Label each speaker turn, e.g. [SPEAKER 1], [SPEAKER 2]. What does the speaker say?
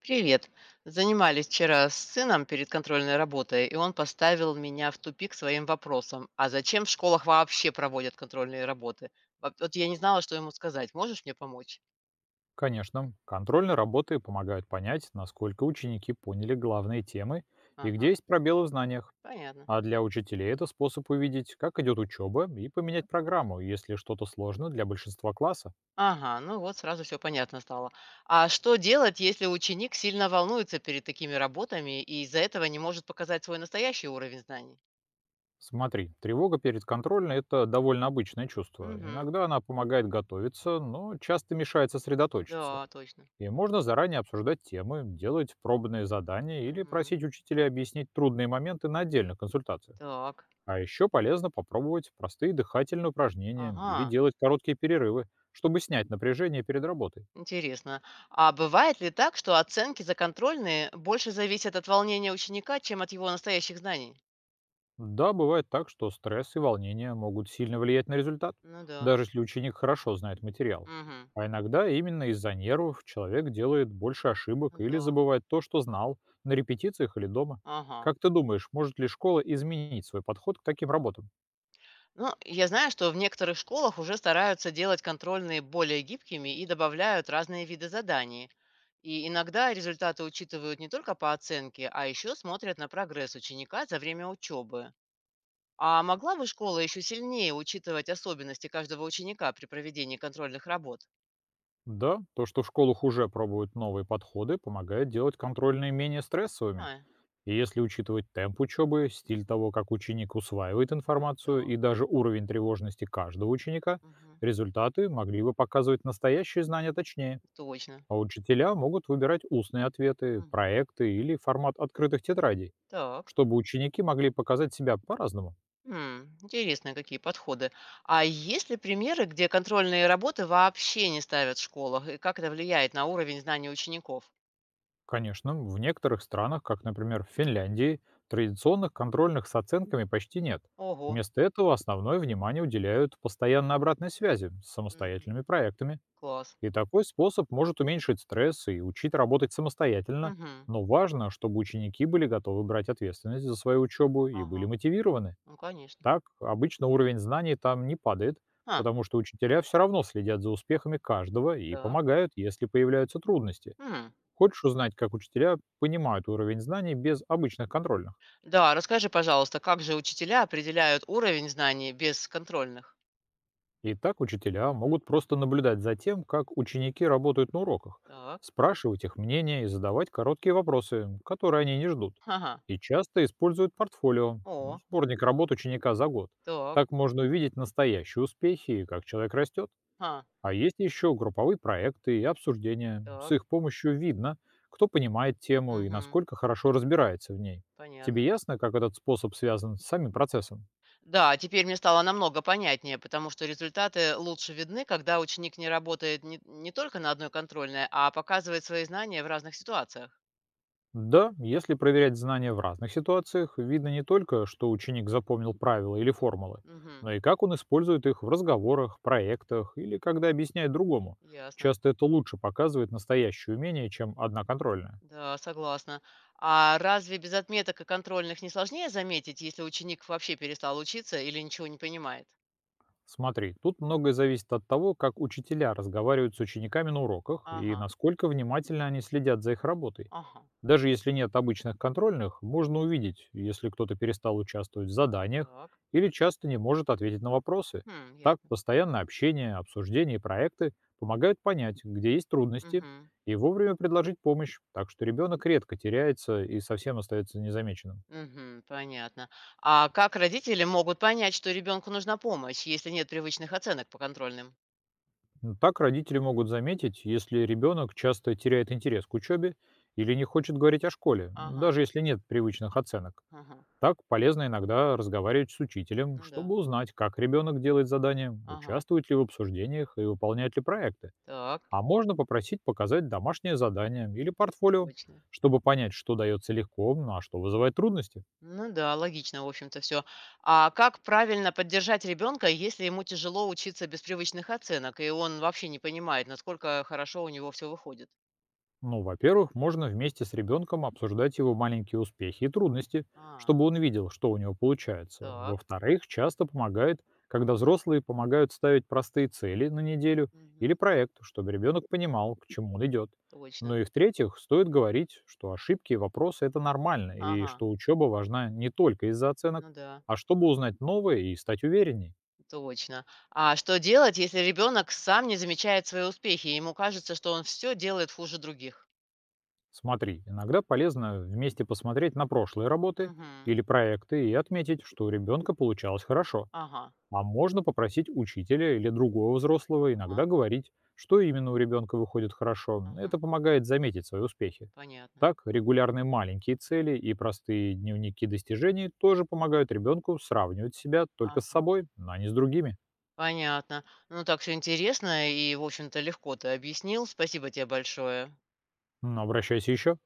[SPEAKER 1] Привет. Занимались вчера с сыном перед контрольной работой, и он поставил меня в тупик своим вопросом. А зачем в школах вообще проводят контрольные работы? Вот я не знала, что ему сказать. Можешь мне помочь?
[SPEAKER 2] Конечно, контрольные работы помогают понять, насколько ученики поняли главные темы и
[SPEAKER 1] Ага,
[SPEAKER 2] где есть пробелы в знаниях.
[SPEAKER 1] понятно.
[SPEAKER 2] А для учителей это способ увидеть, как идет учеба, и поменять
[SPEAKER 1] Так.
[SPEAKER 2] программу, если что-то сложно для большинства класса.
[SPEAKER 1] Ага, ну вот сразу все понятно стало. А что делать, если ученик сильно волнуется перед такими работами и из-за этого не может показать свой настоящий уровень знаний?
[SPEAKER 2] Смотри, тревога перед контрольной– это довольно обычное чувство.
[SPEAKER 1] Угу,
[SPEAKER 2] Иногда она помогает готовиться, но часто мешает сосредоточиться.
[SPEAKER 1] да, точно.
[SPEAKER 2] И можно заранее обсуждать темы, делать пробные задания или
[SPEAKER 1] Мгм.
[SPEAKER 2] просить учителя объяснить трудные моменты на отдельных консультациях.
[SPEAKER 1] Так,
[SPEAKER 2] А еще полезно попробовать простые дыхательные упражнения или
[SPEAKER 1] ага.
[SPEAKER 2] делать короткие перерывы, чтобы снять напряжение перед работой.
[SPEAKER 1] Интересно. А бывает ли так, что оценки за контрольные больше зависят от волнения ученика, чем от его настоящих знаний?
[SPEAKER 2] Да, бывает так, что стресс и волнение могут сильно влиять на результат,
[SPEAKER 1] Ну да.
[SPEAKER 2] даже если ученик хорошо знает материал.
[SPEAKER 1] Мгм.
[SPEAKER 2] А иногда именно из-за нервов человек делает больше ошибок
[SPEAKER 1] Ну
[SPEAKER 2] или
[SPEAKER 1] да.
[SPEAKER 2] забывает то, что знал, на репетициях или дома.
[SPEAKER 1] Ага.
[SPEAKER 2] Как ты думаешь, может ли школа изменить свой подход к таким работам?
[SPEAKER 1] Ну, я знаю, что в некоторых школах уже стараются делать контрольные более гибкими и добавляют разные виды заданий. И иногда результаты учитывают не только по оценке, а еще смотрят на прогресс ученика за время учебы. А могла бы школа еще сильнее учитывать особенности каждого ученика при проведении контрольных работ?
[SPEAKER 2] Да, то, что в школах уже пробуют новые подходы, помогает делать контрольные менее стрессовыми.
[SPEAKER 1] А,
[SPEAKER 2] И если учитывать темп учебы, стиль
[SPEAKER 1] мгм.
[SPEAKER 2] того, как ученик усваивает информацию и
[SPEAKER 1] Так,
[SPEAKER 2] даже уровень тревожности каждого ученика,
[SPEAKER 1] мгм,
[SPEAKER 2] результаты могли бы показывать настоящие знания точнее.
[SPEAKER 1] точно.
[SPEAKER 2] А учителя могут выбирать устные ответы,
[SPEAKER 1] Мгм.
[SPEAKER 2] проекты или формат открытых тетрадей,
[SPEAKER 1] Так,
[SPEAKER 2] чтобы ученики могли показать себя по-разному.
[SPEAKER 1] м, интересно, какие подходы. А есть ли примеры, где контрольные работы вообще не ставят в школах, и как это влияет на уровень знаний учеников?
[SPEAKER 2] Конечно, в некоторых странах, как, например, в Финляндии, традиционных контрольных с оценками почти нет.
[SPEAKER 1] Ого,
[SPEAKER 2] Вместо этого основное внимание уделяют постоянно обратной связи с
[SPEAKER 1] мгм,
[SPEAKER 2] самостоятельными проектами.
[SPEAKER 1] класс.
[SPEAKER 2] И такой способ может уменьшить стресс и учить работать самостоятельно,
[SPEAKER 1] Мгм,
[SPEAKER 2] но важно, чтобы ученики были готовы брать ответственность за свою учебу и были
[SPEAKER 1] ага,
[SPEAKER 2] мотивированы.
[SPEAKER 1] ну конечно.
[SPEAKER 2] Так, обычно уровень знаний там не падает,
[SPEAKER 1] А,
[SPEAKER 2] потому что учителя все равно следят за успехами каждого и
[SPEAKER 1] так.
[SPEAKER 2] помогают, если появляются трудности.
[SPEAKER 1] М.
[SPEAKER 2] Хочешь узнать, как учителя понимают уровень знаний без обычных контрольных?
[SPEAKER 1] Да, расскажи, пожалуйста, как же учителя определяют уровень знаний без контрольных?
[SPEAKER 2] И так учителя могут просто наблюдать за тем, как ученики работают на уроках,
[SPEAKER 1] Так,
[SPEAKER 2] спрашивать их мнение и задавать короткие вопросы, которые они не ждут.
[SPEAKER 1] ага,
[SPEAKER 2] И часто используют портфолио,
[SPEAKER 1] о,
[SPEAKER 2] сборник работ ученика за год.
[SPEAKER 1] так,
[SPEAKER 2] Так можно увидеть настоящие успехи и как человек растет.
[SPEAKER 1] а,
[SPEAKER 2] А есть еще групповые проекты и обсуждения. С
[SPEAKER 1] так,
[SPEAKER 2] их помощью видно, кто понимает тему и
[SPEAKER 1] угу,
[SPEAKER 2] насколько хорошо разбирается в ней. Тебе
[SPEAKER 1] понятно.
[SPEAKER 2] ясно, как этот способ связан с самим процессом?
[SPEAKER 1] Да, а теперь мне стало намного понятнее, потому что результаты лучше видны, когда ученик не работает не только на одной контрольной, а показывает свои знания в разных ситуациях.
[SPEAKER 2] Да, если проверять знания в разных ситуациях, видно не только, что ученик запомнил правила или формулы,
[SPEAKER 1] Мгм.
[SPEAKER 2] но и как он использует их в разговорах, проектах или когда объясняет другому.
[SPEAKER 1] Ясно.
[SPEAKER 2] Часто это лучше показывает настоящее умение, чем одна контрольная.
[SPEAKER 1] Да, согласна. А разве без отметок и контрольных не сложнее заметить, если ученик вообще перестал учиться или ничего не понимает?
[SPEAKER 2] Смотри, тут многое зависит от того, как учителя разговаривают с учениками на уроках и
[SPEAKER 1] Ага,
[SPEAKER 2] насколько внимательно они следят за их работой.
[SPEAKER 1] ага,
[SPEAKER 2] Даже если нет обычных контрольных, можно увидеть, если кто-то перестал участвовать в заданиях
[SPEAKER 1] так.
[SPEAKER 2] или часто не может ответить на вопросы.
[SPEAKER 1] Хм,
[SPEAKER 2] Так,
[SPEAKER 1] ясно.
[SPEAKER 2] постоянное общение, обсуждение и проекты помогают понять, где есть трудности,
[SPEAKER 1] Мгм.
[SPEAKER 2] и вовремя предложить помощь, так что ребенок редко теряется и совсем остается незамеченным.
[SPEAKER 1] Мгм, понятно. А как родители могут понять, что ребенку нужна помощь, если нет привычных оценок по контрольным?
[SPEAKER 2] Ну, так родители могут заметить, если ребенок часто теряет интерес к учебе или не хочет говорить о школе,
[SPEAKER 1] Ага,
[SPEAKER 2] даже если нет привычных оценок.
[SPEAKER 1] ага.
[SPEAKER 2] Так полезно иногда разговаривать с учителем,
[SPEAKER 1] Ну да.
[SPEAKER 2] чтобы узнать, как ребенок делает задания,
[SPEAKER 1] Ага.
[SPEAKER 2] участвует ли в обсуждениях и выполняет ли проекты.
[SPEAKER 1] Так,
[SPEAKER 2] А можно попросить показать домашнее задание или портфолио,
[SPEAKER 1] точно.
[SPEAKER 2] чтобы понять, что дается легко, ну, а что вызывает трудности.
[SPEAKER 1] Ну да, логично, в общем-то, все. А как правильно поддержать ребенка, если ему тяжело учиться без привычных оценок, и он вообще не понимает, насколько хорошо у него все выходит?
[SPEAKER 2] Ну, во-первых, можно вместе с ребенком обсуждать его маленькие успехи и трудности,
[SPEAKER 1] А,
[SPEAKER 2] чтобы он видел, что у него получается.
[SPEAKER 1] так.
[SPEAKER 2] Во-вторых, часто помогает, когда взрослые помогают ставить простые цели на неделю или
[SPEAKER 1] Мгм.
[SPEAKER 2] проект, чтобы ребенок понимал, к чему он идет. Ну
[SPEAKER 1] Точно.
[SPEAKER 2] и в-третьих, стоит говорить, что ошибки и вопросы– это нормально, и
[SPEAKER 1] Ага.
[SPEAKER 2] что учеба важна не только из-за оценок,
[SPEAKER 1] Ну да,
[SPEAKER 2] а чтобы узнать новое и стать увереннее.
[SPEAKER 1] точно. А что делать, если ребенок сам не замечает свои успехи, и ему кажется, что он все делает хуже других?
[SPEAKER 2] Смотри, иногда полезно вместе посмотреть на прошлые работы
[SPEAKER 1] Мгм.
[SPEAKER 2] или проекты и отметить, что у ребенка получалось хорошо.
[SPEAKER 1] Ага.
[SPEAKER 2] А можно попросить учителя или другого взрослого иногда
[SPEAKER 1] Ага.
[SPEAKER 2] говорить, что именно у ребенка выходит хорошо. Это
[SPEAKER 1] Мгм.
[SPEAKER 2] помогает заметить свои успехи.
[SPEAKER 1] Понятно.
[SPEAKER 2] Так, регулярные маленькие цели и простые дневники достижений тоже помогают ребенку сравнивать себя только с
[SPEAKER 1] Ага.
[SPEAKER 2] собой, а не с другими.
[SPEAKER 1] Понятно. Ну, так все интересно и, в общем-то, легко ты объяснил. Спасибо тебе большое.
[SPEAKER 2] Обращайся еще.